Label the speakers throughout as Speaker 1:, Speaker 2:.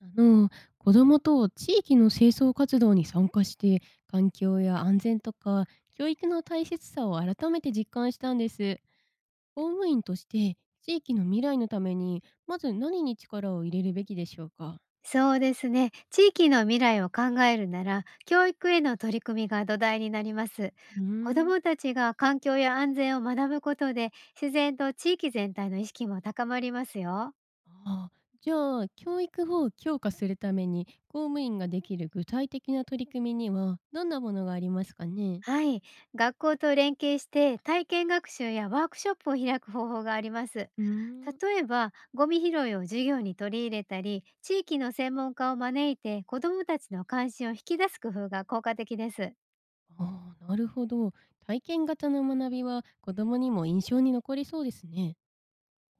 Speaker 1: あの子どもと地域の清掃活動に参加して、環境や安全とか教育の大切さを改めて実感したんです。公務員として地域の未来のためにまず何に力を入れるべきでしょうか？
Speaker 2: そうですね。地域の未来を考えるなら、教育への取り組みが土台になります。
Speaker 1: うー
Speaker 2: 子ど
Speaker 1: ん。
Speaker 2: もたちが環境や安全を学ぶことで、自然と地域全体の意識も高まりますよ。
Speaker 1: ああ。じゃあ教育を強化するために公務員ができる具体的な取り組みにはどんなものがありますかね？
Speaker 2: はい。学校と連携して、体験学習やワークショップを開く方法があります。
Speaker 1: うーん。
Speaker 2: 例えば、ゴミ拾いを授業に取り入れたり、地域の専門家を招いて、子どもたちの関心を引き出す工夫が効果的です。
Speaker 1: ああ、なるほど。体験型の学びは子どもにも印象に残りそうですね。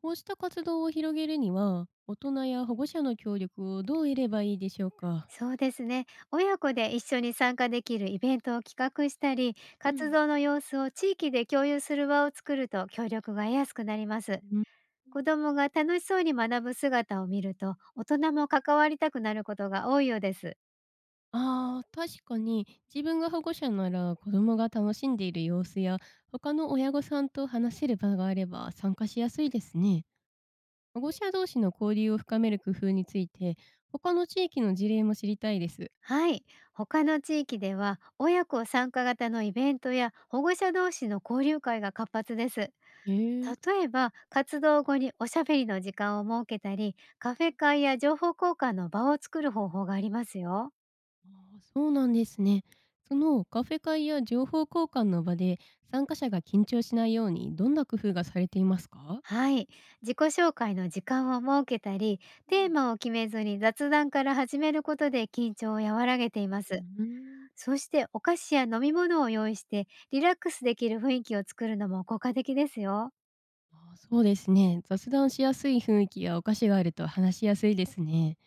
Speaker 1: こうした活動を広げるには、大人や保護者の協力をどう得ればいいでしょうか。
Speaker 2: そうですね。親子で一緒に参加できるイベントを企画したり、
Speaker 1: う
Speaker 2: 活
Speaker 1: ん、
Speaker 2: 動の様子を地域で共有する場を作ると協力が得やすくなります。
Speaker 1: うん。
Speaker 2: 子どもが楽しそうに学ぶ姿を見ると、大人も関わりたくなることが多いようです。
Speaker 1: ああ、確かに。自分が保護者なら子供が楽しんでいる様子や他の親御さんと話せる場があれば参加しやすいですね。保護者同士の交流を深める工夫について他の地域の事例も知りたいです。
Speaker 2: はい。他の地域では、親子参加型のイベントや保護者同士の交流会が活発です。
Speaker 1: へえ。
Speaker 2: 例えば、活動後におしゃべりの時間を設けたり、カフェ会や情報交換の場を作る方法がありますよ。
Speaker 1: ああ、そうなんですね。そのカフェ会や情報交換の場で参加者が緊張しないようにどんな工夫がされていますか？
Speaker 2: はい。自己紹介の時間を設けたり、テー
Speaker 1: う
Speaker 2: マを決めずに雑談から始めることで緊張を和らげています。
Speaker 1: ん。
Speaker 2: そしてお菓子や飲み物を用意してリラックスできる雰囲気を作るのも効果的ですよ。
Speaker 1: ああ、そうですね。雑談しやすい雰囲気やお菓子があると話しやすいですね。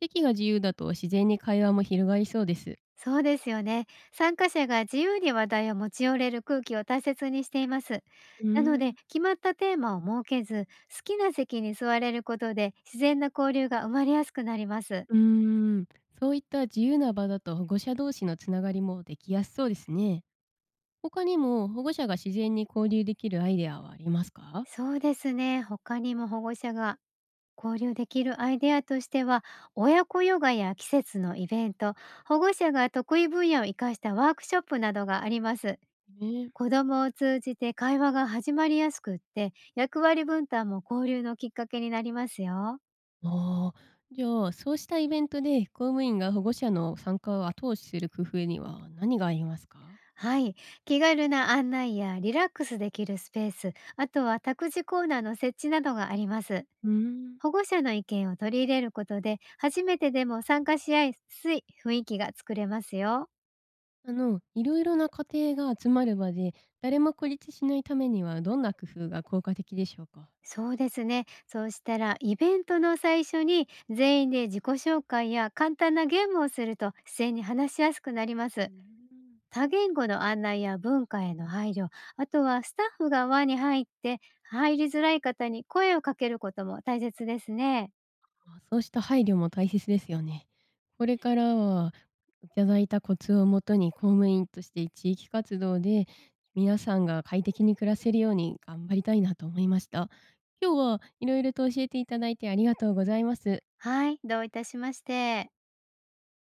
Speaker 1: 席が自由だと自然に会話も広がりそうです。
Speaker 2: そうですよね。参加者が自由に話題を持ち寄れる空気を大切にしています。
Speaker 1: うー
Speaker 2: なので、
Speaker 1: ん。
Speaker 2: 決まったテーマを設けず、好きな席に座れることで自然な交流が生まれやすくなります。
Speaker 1: うーん、そういった自由な場だと保護者同士のつながりもできやすそうですね。他にも保護者が自然に交流できるアイデアはありますか？
Speaker 2: そうですね。他にも保護者が交流できるアイデアとしては、親子ヨガや季節のイベント、保護者が得意分野を生かしたワークショップなどがあります。
Speaker 1: ね。
Speaker 2: 子どもを通じて会話が始まりやすくって、役割分担も交流のきっかけになりますよ。
Speaker 1: ああ、じゃあ、そうしたイベントで公務員が保護者の参加を後押しする工夫には何がありますか？
Speaker 2: はい。気軽な案内やリラックスできるスペース、あとは託児コーナーの設置などがあります。
Speaker 1: うーん。
Speaker 2: 保護者の意見を取り入れることで、初めてでも参加しやすい雰囲気が作れますよ。
Speaker 1: いろいろな家庭が集まる場で誰も孤立しないためにはどんな工夫が効果的でしょうか？
Speaker 2: そうですね。そうしたら、イベントの最初に全員で自己紹介や簡単なゲームをすると自然に話しやすくなりま
Speaker 1: う
Speaker 2: す。
Speaker 1: ん。
Speaker 2: 多言語の案内や文化への配慮、あとはスタッフが輪に入って入りづらい方に声をかけることも大切ですね。
Speaker 1: あ、そうした配慮も大切ですよね。これからは、いただいたコツをもとに公務員として地域活動で皆さんが快適に暮らせるように頑張りたいなと思いました。今日はいろいろと教えていただいてありがとうございます。
Speaker 2: はい、どういたしまして。